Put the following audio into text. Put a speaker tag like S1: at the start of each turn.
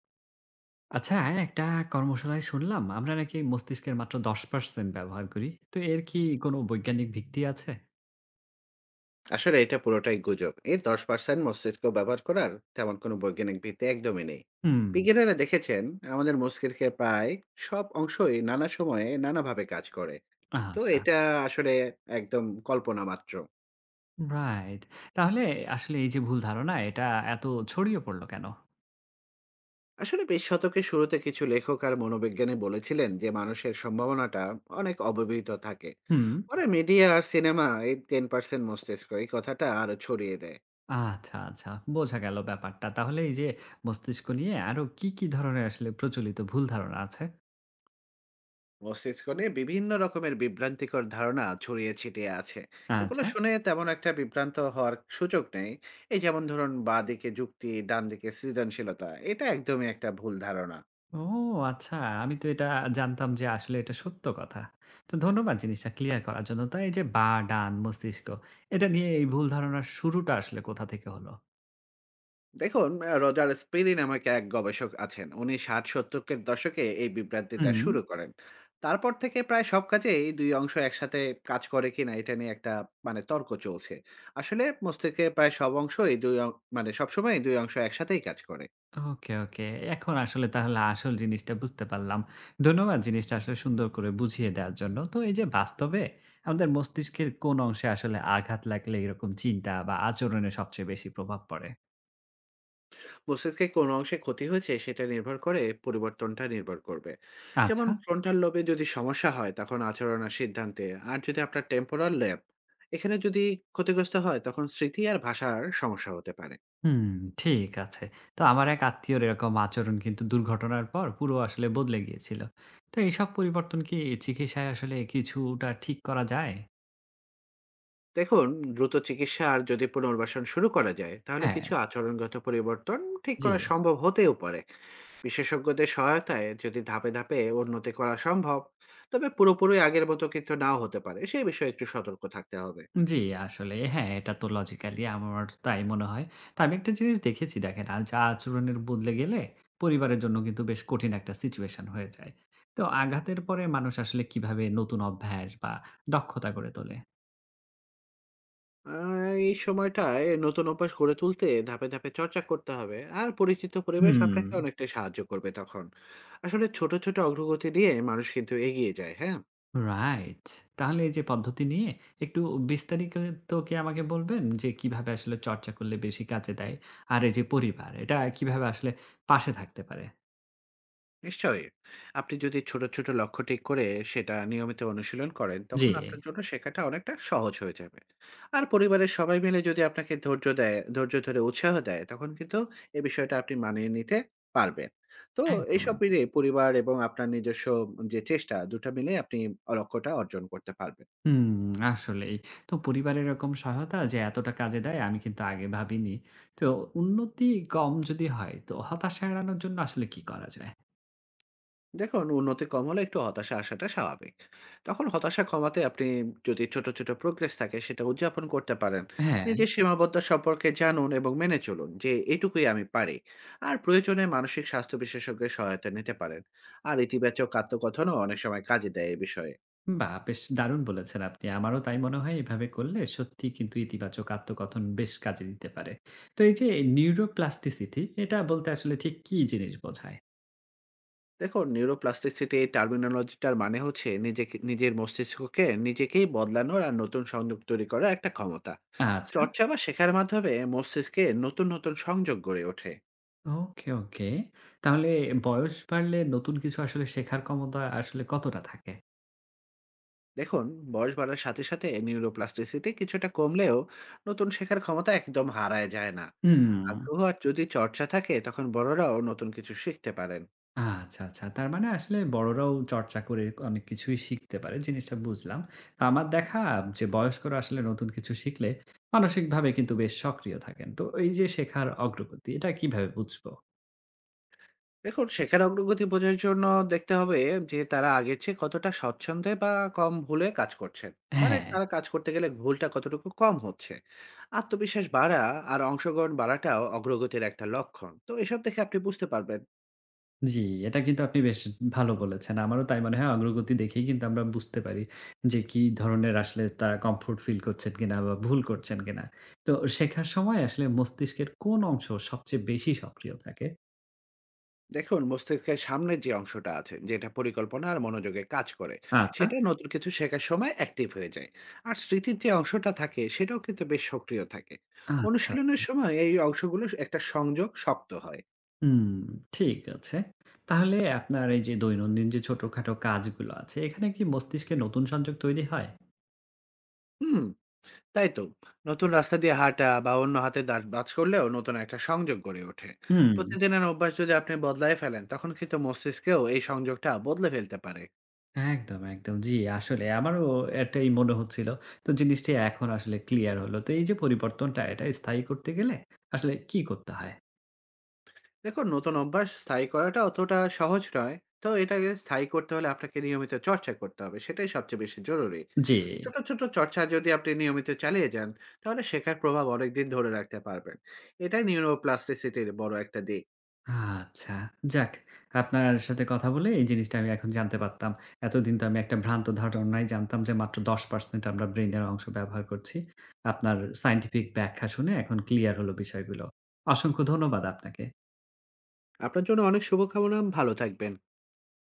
S1: আচ্ছা, একটা কর্মশালায় শুনলাম আমরা নাকি মস্তিষ্কের মাত্র 10% ব্যবহার করি। তো এর কি কোনো বৈজ্ঞানিক ভিত্তি আছে?
S2: আসলে এটা পুরোটাই গুজব, এই ১০% মস্তিষ্ক ব্যবহার করার তেমন কোনো বৈজ্ঞানিক ভিত্তি একদমই নেই।
S1: হুম,
S2: বিজ্ঞানীরা দেখেছেন আমাদের মস্তিষ্কের প্রায় সব অংশই নানা সময়ে নানাভাবে কাজ করে। তো
S1: আচ্ছা,
S2: এটা আসলে একদম কল্পনা মাত্র।
S1: রাইট। তাহলে আসলে এই যে ভুল ধারণা এটা এত ছড়িয়ে পড়ল কেন?
S2: আসলে ২০ শতকের শুরুতে কিছু লেখক আর মনোবিজ্ঞানী বলেছিলেন যে মানুষের সম্ভাবনাটা অনেক অব্যবহৃত থাকে।
S1: হুম,
S2: পরে মিডিয়া আর সিনেমা এই ১০% মস্তিষ্ক এই কথাটা আরো ছড়িয়ে দেয়।
S1: আচ্ছা, আচ্ছা, বোঝা গেল ব্যাপারটা। তাহলে এই যে মস্তিষ্ক নিয়ে আরো কি, কি ধরনের আসলে প্রচলিত ভুল ধারণা আছে?
S2: মস্তিষ্কনে বিভিন্ন রকমের বিভ্রান্তিকর ধারণা ছড়িয়ে ছিটিয়ে আছে। এগুলো
S1: আচ্ছা।
S2: শুনে তেমন একটা বিভ্রান্ত হওয়ার সুযোগ নেই। এই যেমন ধরুন বাঁ দিকে যুক্তি, ডান দিকে সৃজনশীলতা, এটা একদমই একটা ভুল ধারণা।
S1: ও আচ্ছা। আমি তো এটা জানতাম যে আসলে এটা সত্য কথা। তো ধন্যবাদ জিনিসটা ক্লিয়ার করার জন্য। তো এই যে বা, ডান, মস্তিষ্ক এটা নিয়ে এই ভুল ধারণার শুরুটা আসলে কোথা থেকে হলো?
S2: দেখুন, রজার স্পিরি নামক এক গবেষক আছেন, উনি ষাট সত্তরের দশকে এই বিভ্রান্তিটা
S1: হুম।
S2: শুরু করেন। তারপর থেকে প্রায় সব কাজে এই দুই অংশ একসাথে কাজ করে কিনা এটা নিয়ে একটা মানে তর্ক চলছে। আসলে মস্তিষ্কে প্রায় সব অংশ এই মানে সবসময় এই দুই অংশ একসাথেই কাজ করে।
S1: ওকে, ওকে। এখন আসলে তাহলে আসল জিনিসটা বুঝতে পারলাম। ধন্যবাদ জিনিসটা আসলে সুন্দর করে বুঝিয়ে দেওয়ার জন্য। তো এই যে বাস্তবে আমাদের মস্তিষ্কের কোন অংশে আসলে আঘাত লাগলে এরকম চিন্তা বা আচরণে সবচেয়ে বেশি প্রভাব পড়ে?
S2: মস্তিষ্কের কোন অংশে ক্ষতি হয়েছে সেটা নির্ভর করে, পরিবর্তনটা নির্ভর করবে। যেমন
S1: আচ্ছা।
S2: ফ্রন্টাল লোবে যদি সমস্যা হয় তখন আচরণ আর সিদ্ধান্তে। আর যদি আপনার টেম্পোরাল ল্যাব এখানে যদি ক্ষতিগ্রস্ত হয় তখন স্মৃতি আর ভাষার সমস্যা হতে পারে।
S1: হুম, ঠিক আছে। তো আমার এক আত্মীয়র এরকম আচরণ কিন্তু দুর্ঘটনার পর পুরো আসলে বদলে গিয়েছিল। তো এইসব পরিবর্তন কি চিকিৎসায় আসলে কিছুটা ঠিক করা যায়?
S2: দেখুন, দ্রুত চিকিৎসা আর যদি পুনর্বাসন শুরু করা যায় তাহলে
S1: হ্যাঁ।
S2: কিছু আচরণগত পরিবর্তন ঠিক
S1: জি,
S2: করা সম্ভব হতেও পারে। বিশেষজ্ঞদের সহায়তায় যদি ধাপে ধাপে উন্নতি করা সম্ভব, তবে পুরোপুরি আগের মতো কিন্তু নাও হতে পারে, সেই বিষয়ে একটু সতর্ক থাকতে হবে।
S1: জি, আসলে হ্যাঁ, এটা তো লজিক্যালি আমার তাই মনে হয়। তো আমি একটা জিনিস দেখেছি দেখেন, আজ আচরণের বদলে গেলে পরিবারের জন্য কিন্তু বেশ কঠিন একটা সিচুয়েশন হয়ে যায়। তো আঘাতের পরে মানুষ আসলে কিভাবে নতুন অভ্যাস বা দক্ষতা গড়ে তোলে?
S2: আ এই সময়টায় নতুন অভ্যাস গড়ে তুলতে ধাপে, ধাপে চর্চা করতে হবে। আর পরিচিত পরিবেশ
S1: হুম।
S2: আপনাকে অনেকটাই সাহায্য করবে তখন। আসলে ছোট, ছোট অগ্রগতি দিয়ে মানুষ কিন্তু এগিয়ে যায়, হ্যাঁ?
S1: রাইট। তাহলে এই যে পদ্ধতি নিয়ে একটু বিস্তারিত কি আমাকে বলবেন যে কিভাবে আসলে চর্চা করলে বেশি কাজে দেয়? আর এই যে পরিবার এটা কিভাবে আসলে পাশে থাকতে পারে?
S2: নিশ্চয়ই। আপনি যদি ছোট, ছোট লক্ষ্য ঠিক করে সেটা নিয়মিত অনুশীলন করেন,
S1: জি।
S2: তখন আপনার জন্য শেখাটা অনেকটা সহজ হয়ে যাবে। আর পরিবারের সবাই মিলে যদি আপনাকে ধৈর্য দেয়, ধৈর্য ধরে উৎসাহ দেয়, তখন কিন্তু এ বিষয়টা আপনি মানিয়ে নিতে পারবেন। তো
S1: একদম,
S2: এইসব
S1: একদম।
S2: মিলিয়ে পরিবার এবং আপনার নিজস্ব যে চেষ্টা, ২টা টা মিলে আপনি লক্ষ্যটা অর্জন করতে পারবেন।
S1: হুম, আসলেই। তো পরিবারের এরকম সহায়তা যে এতটা কাজে দেয় আমি কিন্তু আগে ভাবিনি। তো উন্নতি কম যদি হয় তো হতাশা এড়ানোর জন্য আসলে কি করা যায়?
S2: দেখুন, উন্নতি কম হলে একটু হতাশা আসাটা স্বাভাবিক। তখন হতাশা কমাতে আপনি যদি ছোট ছোট প্রোগ্রেস থাকে সেটা উদযাপন করতে পারেন।
S1: হ্যাঁ।
S2: নিজের সীমাবদ্ধতা সম্পর্কে জানুন এবং মেনে চলুন যে এটুকুই আমি পারি। আর প্রয়োজনে মানসিক স্বাস্থ্য বিশেষজ্ঞের সহায়তা নিতে পারেন। আর ইতিবাচক আত্মকথনও অনেক সময় কাজে দেয় এই বিষয়ে।
S1: বাহ! বেশ দারুণ বলেছেন আপনি। আমারও তাই মনে হয় এভাবে করলে সত্যিই কিন্তু ইতিবাচক আত্মকথন বেশ কাজে দিতে পারে। তো এই যে নিউরোপ্লাস্টিসিটি এটা বলতে আসলে ঠিক কী জিনিস বোঝায়?
S2: দেখুন, নিউরোপ্লাস্টিসিটি এই টার্মিনোলজিটার মানে হচ্ছে নিজেকে, নিজের মস্তিষ্ককে নিজেকেই বদলানোর আর নতুন সংযোগ তৈরি করার একটা ক্ষমতা।
S1: আচ্ছা।
S2: চর্চা বা শেখার মাধ্যমে মস্তিষ্কে নতুন নতুন সংযোগ গড়ে ওঠে।
S1: ওকে, ওকে। তাহলে বয়স বাড়লে নতুন কিছু আসলে শেখার ক্ষমতা আসলে কতটা থাকে?
S2: দেখুন, বয়স বাড়ার সাথে সাথে নিউরোপ্লাস্টিসিটি কিছুটা কমলেও নতুন শেখার ক্ষমতা একদম হারায় যায় না।
S1: হুম।
S2: আগ্রহ আর যদি চর্চা থাকে তখন বড়রাও নতুন কিছু শিখতে পারেন।
S1: আচ্ছা, আচ্ছা। তার মানে আসলে বড়রাও চর্চা করে অনেক কিছুই শিখতে পারে। জিনিসটা বুঝলাম। তো আমার দেখা যে বয়স্করা আসলে নতুন কিছু শিখলে মানসিকভাবে কিন্তু বেশ সক্রিয় থাকেন। তো এই যে শেখার অগ্রগতি এটা কিভাবে বুঝবো?
S2: দেখুন, শেখার অগ্রগতি বোঝার জন্য দেখতে হবে যে তারা আগের চেয়ে কতটা স্বচ্ছন্দে বা কম ভুলে কাজ করছেন। মানে
S1: হ্যাঁ।
S2: তারা কাজ করতে গেলে ভুলটা কতটুকু কম হচ্ছে, আত্মবিশ্বাস বাড়া আর অংশগ্রহণ বাড়াটাও অগ্রগতির একটা লক্ষণ, তো এসব দেখে আপনি বুঝতে পারবেন।
S1: জি, এটা কিন্তু আপনি বেশ ভালো বলেছেন। আমারও তাই মনে হয় অগ্রগতি দেখেই কিন্তু আমরা বুঝতে পারি যে কি ধরনের আসলে তারা কমফোর্ট ফিল করছেন কিনা বা ভুল করছেন কিনা। তো শেখার সময় আসলে মস্তিষ্কের কোন অংশ সবচেয়ে বেশি সক্রিয় থাকে?
S2: দেখুন, মস্তিষ্কের সামনের যে অংশটা আছে, যেটা পরিকল্পনা আর মনোযোগে কাজ করে,
S1: আচ্ছা,
S2: সেটা নতুন কিছু শেখার সময় অ্যাক্টিভ হয়ে যায়। আর স্মৃতির যে অংশটা থাকে সেটাও কিন্তু বেশ সক্রিয় থাকে।
S1: আচ্ছা, আচ্ছা।
S2: অনুশীলনের সময় এই অংশগুলো একটা সংযোগ শক্ত হয়।
S1: হুম, ঠিক আছে। তাহলে আপনার এই যে দৈনন্দিন যে ছোটখাটো কাজগুলো আছে, এখানে কি মস্তিষ্কে নতুন সংযোগ তৈরি হয়?
S2: হুম, তাই তো। নতুন রাস্তা দিয়ে হাঁটা বা অন্য হাতে দাঁত বাজ করলেও নতুন একটা সংযোগ গড়ে ওঠে।
S1: হুম,
S2: প্রতিদিনের অভ্যাস যদি আপনি বদলায় ফেলেন তখন কিন্তু মস্তিষ্কেও এই সংযোগটা বদলে ফেলতে পারে।
S1: একদম, একদম। জি, আসলে আমারও এটাই মনে হচ্ছিল। তো জিনিসটি এখন আসলে ক্লিয়ার হলো। তো এই যে পরিবর্তনটা, এটা স্থায়ী করতে গেলে আসলে কি করতে হয়?
S2: দেখুন, নতুন অভ্যাস স্থায়ী করাটা অতটা সহজ নয়। তো এটাকে স্থায়ী করতে হলে আপনাকে নিয়মিত চর্চা করতে হবে। সেটাই সবচেয়ে বেশি জরুরি।
S1: জি।
S2: ছোট, ছোট চর্চা যদি আপনি নিয়মিত চালিয়ে যান, তাহলে শেখার প্রভাব অনেকদিন ধরে রাখতে পারবেন। এটাই নিউরোপ্লাস্টিসিটির বড় একটা দিক।
S1: আচ্ছা। যাক, আপনার সাথে কথা বলে এই জিনিসটা আমি এখন জানতে পারতাম। এতদিন তো আমি একটা ভ্রান্ত ধারণায় জানতাম যে মাত্র ১০% আমরা ব্রেইনের অংশ ব্যবহার করছি। আপনার সায়েন্টিফিক ব্যাখ্যা শুনে এখন ক্লিয়ার হলো বিষয়গুলো। অসংখ্য ধন্যবাদ আপনাকে।
S2: আপনার জন্য অনেক শুভকামনা। ভালো থাকবেন।